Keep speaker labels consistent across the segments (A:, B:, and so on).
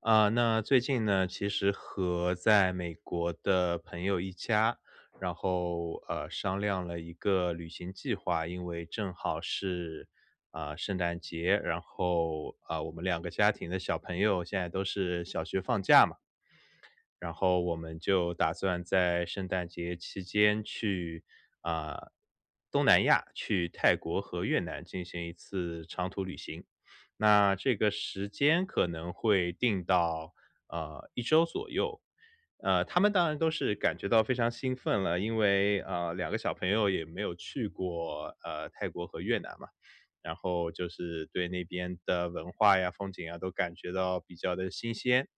A: 啊，那最近呢，其实和在美国的朋友一家，然后商量了一个旅行计划，因为正好是啊、圣诞节，然后啊、我们两个家庭的小朋友现在都是小学放假嘛。然后我们就打算在圣诞节期间去啊、东南亚，去泰国和越南进行一次长途旅行。那这个时间可能会定到一周左右。他们当然都是感觉到非常兴奋了，因为两个小朋友也没有去过泰国和越南嘛，然后就是对那边的文化呀、风景啊都感觉到比较的新鲜，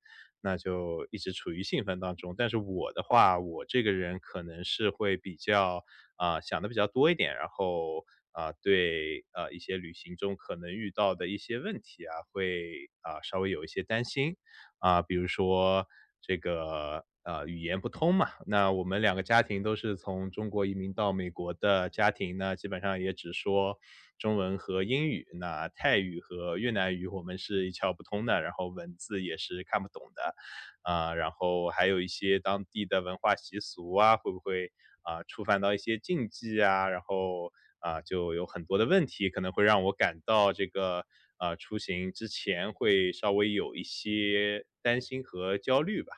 A: 那就一直处于兴奋当中。但是我的话，我这个人可能是会比较啊，想的比较多一点，然后啊，对，一些旅行中可能遇到的一些问题啊，会啊，稍微有一些担心。啊，比如说这个，语言不通嘛，那我们两个家庭都是从中国移民到美国的家庭呢，基本上也只说中文和英语，那泰语和越南语我们是一窍不通的，然后文字也是看不懂的。啊，然后还有一些当地的文化习俗啊，会不会，啊，触犯到一些禁忌啊，然后，啊，就有很多的问题，可能会让我感到这个，啊出行之前会稍微有一些担心和焦虑吧。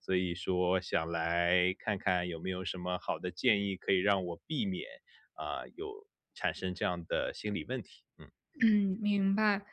A: 所以说想来看看有没有什么好的建议可以让我避免，啊，有产生这样的心理问题，嗯。
B: 嗯，明白。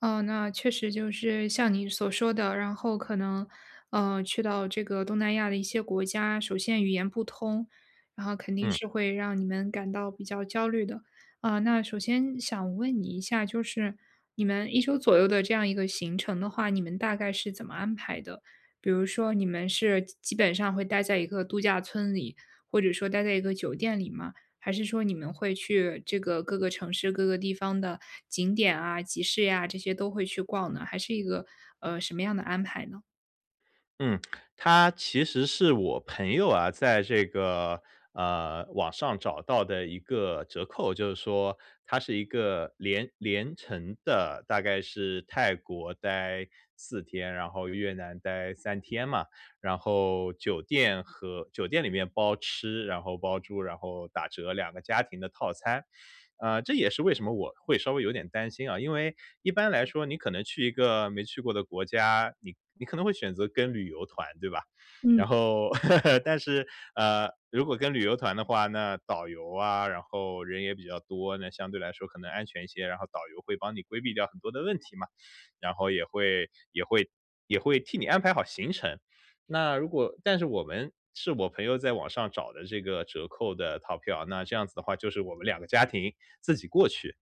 B: 哦，那确实就是像你所说的，然后可能，去到这个东南亚的一些国家，首先语言不通，然后肯定
A: 嗯。
B: 是会让你们感到比较焦虑的。啊、那首先想问你一下，就是你们一周左右的这样一个行程的话，你们大概是怎么安排的？比如说，你们是基本上会待在一个度假村里，或者说待在一个酒店里吗？还是说你们会去这个各个城市、各个地方的景点啊、集市呀，这些都会去逛呢？还是一个，什么样的安排呢？
A: 嗯，它其实是我朋友啊，在这个网上找到的一个折扣，就是说它是一个连连程的，大概是泰国待四天，然后越南待三天嘛。然后酒店和酒店里面包吃，然后包住，然后打折两个家庭的套餐。这也是为什么我会稍微有点担心啊，因为一般来说你可能去一个没去过的国家，你可能会选择跟旅游团，对吧？
B: 嗯。
A: 然后，但是，如果跟旅游团的话，那导游啊，然后人也比较多，那相对来说可能安全一些。然后导游会帮你规避掉很多的问题嘛，然后也会也会替你安排好行程。那如果但是我们是我朋友在网上找的这个折扣的套票，那这样子的话就是我们两个家庭自己过去。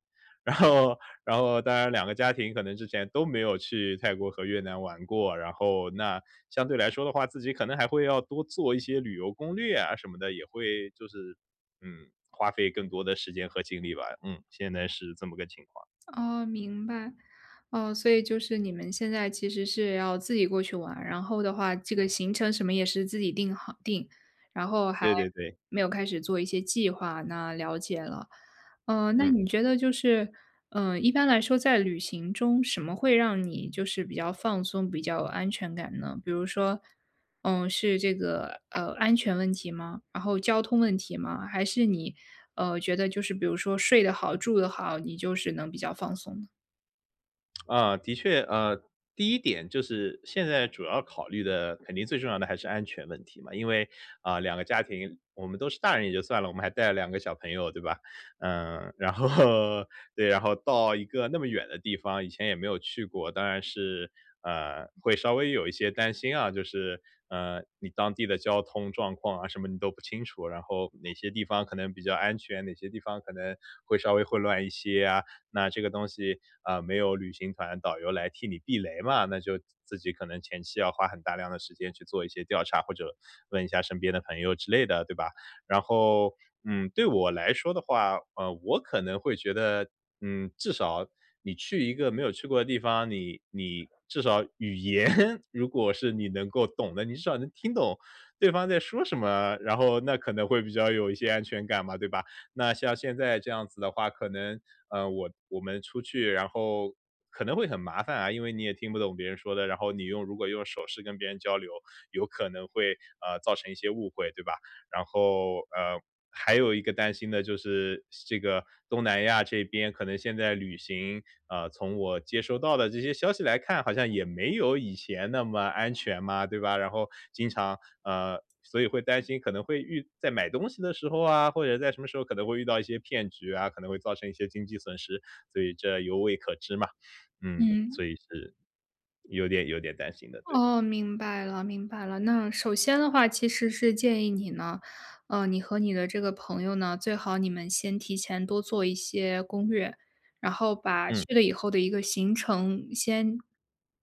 A: 然后当然两个家庭可能之前都没有去泰国和越南玩过，然后那相对来说的话，自己可能还会要多做一些旅游攻略啊什么的，也会就是，嗯，花费更多的时间和精力吧。嗯，现在是这么个情况。
B: 哦，明白。哦，所以就是你们现在其实是要自己过去玩，然后的话，这个行程什么也是自己定好定，然后还
A: 对对对，
B: 没有开始做一些计划，那了解了。那
A: 嗯。
B: 你觉得就是，嗯，一般来说在旅行中，什么会让你就是比较放松、比较有安全感呢？比如说，嗯，是这个安全问题吗？然后交通问题吗？还是你觉得就是比如说睡得好、住得好，你就是能比较放松呢？
A: 啊，的确，第一点就是现在主要考虑的，肯定最重要的还是安全问题嘛。因为啊、两个家庭，我们都是大人也就算了，我们还带了两个小朋友，对吧？嗯，然后 对，然后到一个那么远的地方，以前也没有去过，当然是会稍微有一些担心啊，就是你当地的交通状况啊什么你都不清楚，然后哪些地方可能比较安全，哪些地方可能会稍微混乱一些啊，那这个东西，啊，没有旅行团导游来替你避雷嘛，那就自己可能前期要花很大量的时间去做一些调查，或者问一下身边的朋友之类的，对吧？然后，嗯，对我来说的话，我可能会觉得，嗯，至少你去一个没有去过的地方，你至少语言 如果是你能够懂的，你至少能听懂对方在说什么，然后那可能会比较有一些安全感嘛，对吧？那像现在这样子的话，可能，我们出去，然后可能会很麻烦啊，因为你也听不懂别人说的，然后你用如果用手势跟别人交流，有可能会，造成一些误会，对吧？然后，还有一个担心的就是这个东南亚这边可能现在旅行，从我接收到的这些消息来看，好像也没有以前那么安全嘛，对吧？然后经常，所以会担心可能会遇在买东西的时候啊，或者在什么时候可能会遇到一些骗局啊，可能会造成一些经济损失，所以这犹未可知嘛。嗯，
B: 嗯，
A: 所以是有点担心的，对。
B: 哦，明白了，明白了。那首先的话，其实是建议你呢，你和你的这个朋友呢，最好你们先提前多做一些攻略，然后把
A: 嗯，
B: 去了以后的一个行程先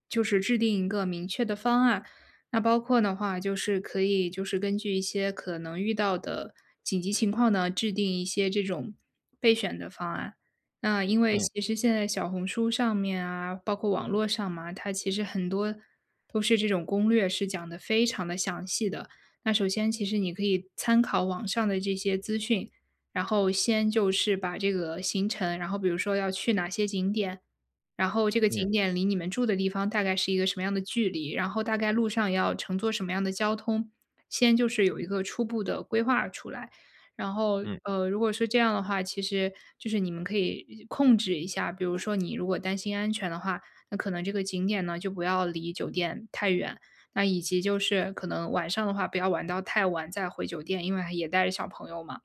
B: 就是制定一个明确的方案。那包括的话，就是可以就是根据一些可能遇到的紧急情况呢，制定一些这种备选的方案。那因为
A: 嗯，
B: 其实现在小红书上面啊，包括网络上嘛，它其实很多都是这种攻略是讲的非常的详细的。那首先其实你可以参考网上的这些资讯，然后先就是把这个行程，然后比如说要去哪些景点，然后这个
A: 嗯，
B: 景点离你们住的地方大概是一个什么样的距离，然后大概路上要乘坐什么样的交通，先就是有一个初步的规划出来。然后，
A: 嗯，
B: 如果说这样的话，其实就是你们可以控制一下，比如说你如果担心安全的话，那可能这个景点呢，就不要离酒店太远。那以及就是可能晚上的话，不要玩到太晚再回酒店，因为也带着小朋友嘛。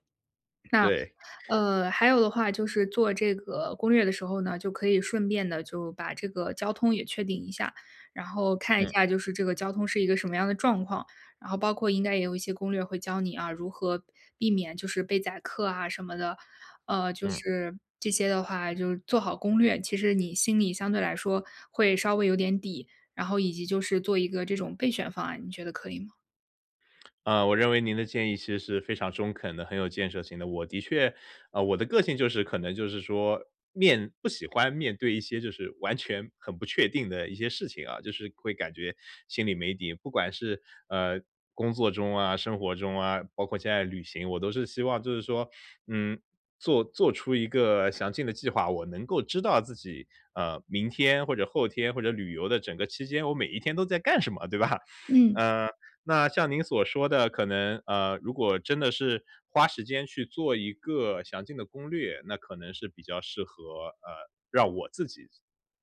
A: 对，
B: 还有的话就是做这个攻略的时候呢，就可以顺便的就把这个交通也确定一下，然后看一
A: 嗯，
B: 下就是这个交通是一个什么样的状况，然后包括应该也有一些攻略会教你啊，如何避免就是被宰客啊什么的。就
A: 嗯。
B: 是这些的话就是做好攻略，其实你心里相对来说会稍微有点底，然后以及就是做一个这种备选方案，你觉得可以吗？
A: 我认为您的建议其实是非常中肯的，很有建设性的。我的确，我的个性就是可能就是说面不喜欢面对一些就是完全很不确定的一些事情啊，就是会感觉心里没底。不管是呃工作中啊、生活中啊，包括现在旅行，我都是希望就是说，嗯，做出一个详尽的计划，我能够知道自己明天或者后天或者旅游的整个期间，我每一天都在干什么，对吧？
B: 嗯，
A: 嗯。那像您所说的，可能，如果真的是花时间去做一个详尽的攻略，那可能是比较适合，呃，让我自己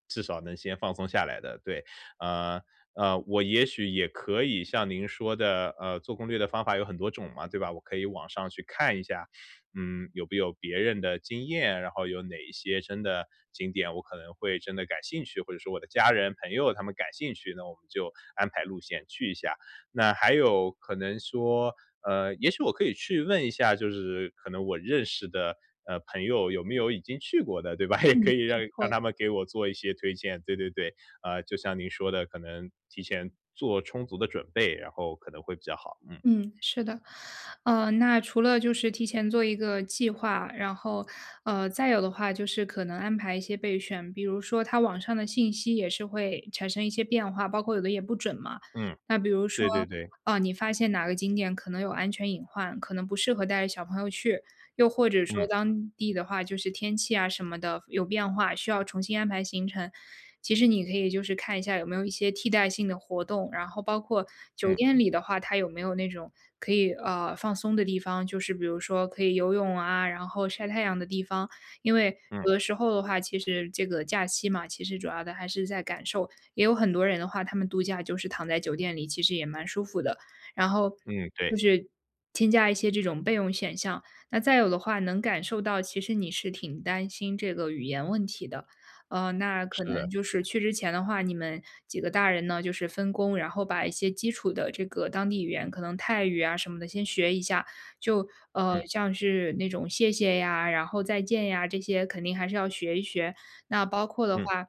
A: 至少能先放松下来的，对。呃，我也许也可以像您说的，做攻略的方法有很多种嘛，对吧？我可以网上去看一下，嗯，有没有别人的经验，然后有哪一些真的景点我可能会真的感兴趣，或者说我的家人朋友他们感兴趣，那我们就安排路线去一下。那还有可能说，也许我可以去问一下，就是可能我认识的，朋友有没有已经去过的，对吧？也
B: 嗯，没
A: 可以让
B: 错
A: 他们给我做一些推荐，对对对。就像您说的，可能提前做充足的准备，然后可能会比较好。嗯，
B: 嗯，是的，那除了就是提前做一个计划，然后，再有的话就是可能安排一些备选，比如说它网上的信息也是会产生一些变化，包括有的也不准嘛。
A: 嗯，
B: 那比如说，
A: 对对对，
B: 你发现哪个景点可能有安全隐患，可能不适合带着小朋友去，又或者说
A: 嗯，
B: 当地的话，就是天气啊什么的有变化，需要重新安排行程。其实你可以就是看一下有没有一些替代性的活动，然后包括酒
A: 嗯，
B: 店里的话，它有没有那种可以放松的地方，就是比如说可以游泳啊，然后晒太阳的地方。因为
A: 嗯，
B: 有的时候的话，其实这个假期嘛，其实主要的还是在感受。也有很多人的话，他们度假就是躺在酒店里，其实也蛮舒服的。然后
A: 嗯，
B: 就
A: 对，
B: 是添加一些这种备用选项，那再有的话，能感受到其实你是挺担心这个语言问题的，那可
A: 是
B: 能
A: 的，
B: 就是去之前的话，你们几个大人呢，就是分工，然后把一些基础的这个当地语言，可能泰语啊什么的，先学一下。就
A: 嗯，
B: 像是那种谢谢呀，然后再见呀，这些肯定还是要学一学。那包括的
A: 嗯，
B: 话，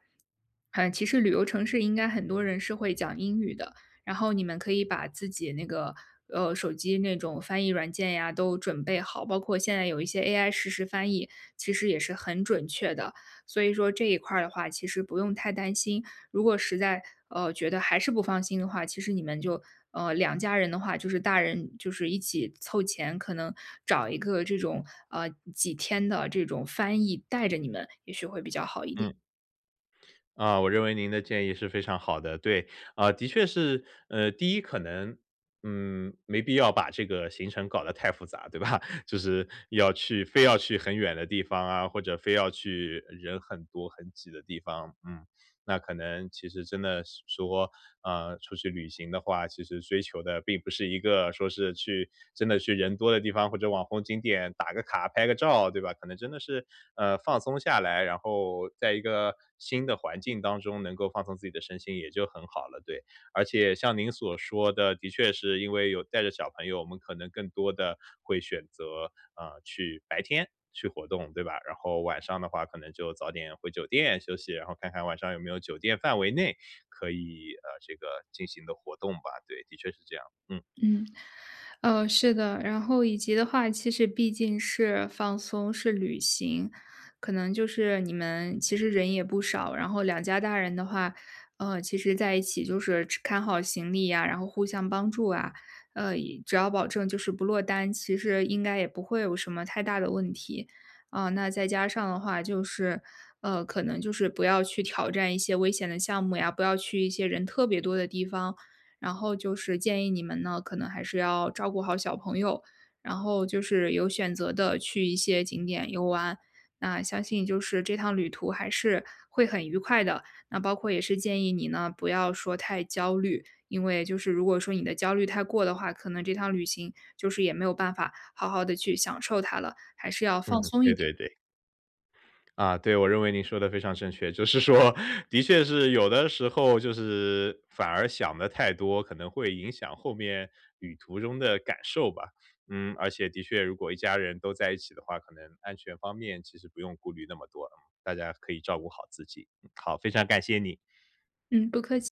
B: 嗯，其实旅游城市应该很多人是会讲英语的，然后你们可以把自己那个手机那种翻译软件呀都准备好，包括现在有一些 AI 实时翻译，其实也是很准确的。所以说这一块儿的话，其实不用太担心。如果实在觉得还是不放心的话，其实你们就两家人的话，就是大人就是一起凑钱，可能找一个这种几天的这种翻译带着你们，也许会比较好一点。
A: 嗯。啊，我认为您的建议是非常好的。对，啊，的确是，第一可能，嗯，没必要把这个行程搞得太复杂，对吧？就是要去非要去很远的地方啊，或者非要去人很多很挤的地方，嗯。那可能其实真的是说，出去旅行的话，其实追求的并不是一个说是去真的去人多的地方或者网红景点打个卡、拍个照，对吧？可能真的是，放松下来，然后在一个新的环境当中能够放松自己的身心也就很好了，对。而且像您所说的，的确是因为有带着小朋友，我们可能更多的会选择，去白天去活动，对吧？然后晚上的话可能就早点回酒店休息，然后看看晚上有没有酒店范围内可以，这个进行的活动吧，对，的确是这样。嗯，
B: 嗯，是的，然后以及的话，其实毕竟是放松，是旅行，可能就是你们其实人也不少，然后两家大人的话，其实在一起就是吃看好行李呀，然后互相帮助啊，也只要保证就是不落单，其实应该也不会有什么太大的问题啊，那再加上的话，就是可能就是不要去挑战一些危险的项目呀，不要去一些人特别多的地方。然后就是建议你们呢，可能还是要照顾好小朋友，然后就是有选择的去一些景点游玩。那相信就是这趟旅途还是会很愉快的，那包括也是建议你呢，不要说太焦虑，因为就是如果说你的焦虑太过的话，可能这趟旅行就是也没有办法好好的去享受它了，还是要放
A: 嗯，
B: 松一
A: 对
B: 点。
A: 对对。啊，对，我认为您说的非常正确。就是说，的确是有的时候就是反而想的太多，可能会影响后面旅途中的感受吧。嗯，而且的确如果一家人都在一起的话，可能安全方面其实不用顾虑那么多，嗯，大家可以照顾好自己。嗯，好，非常感谢你。
B: 嗯，不客气。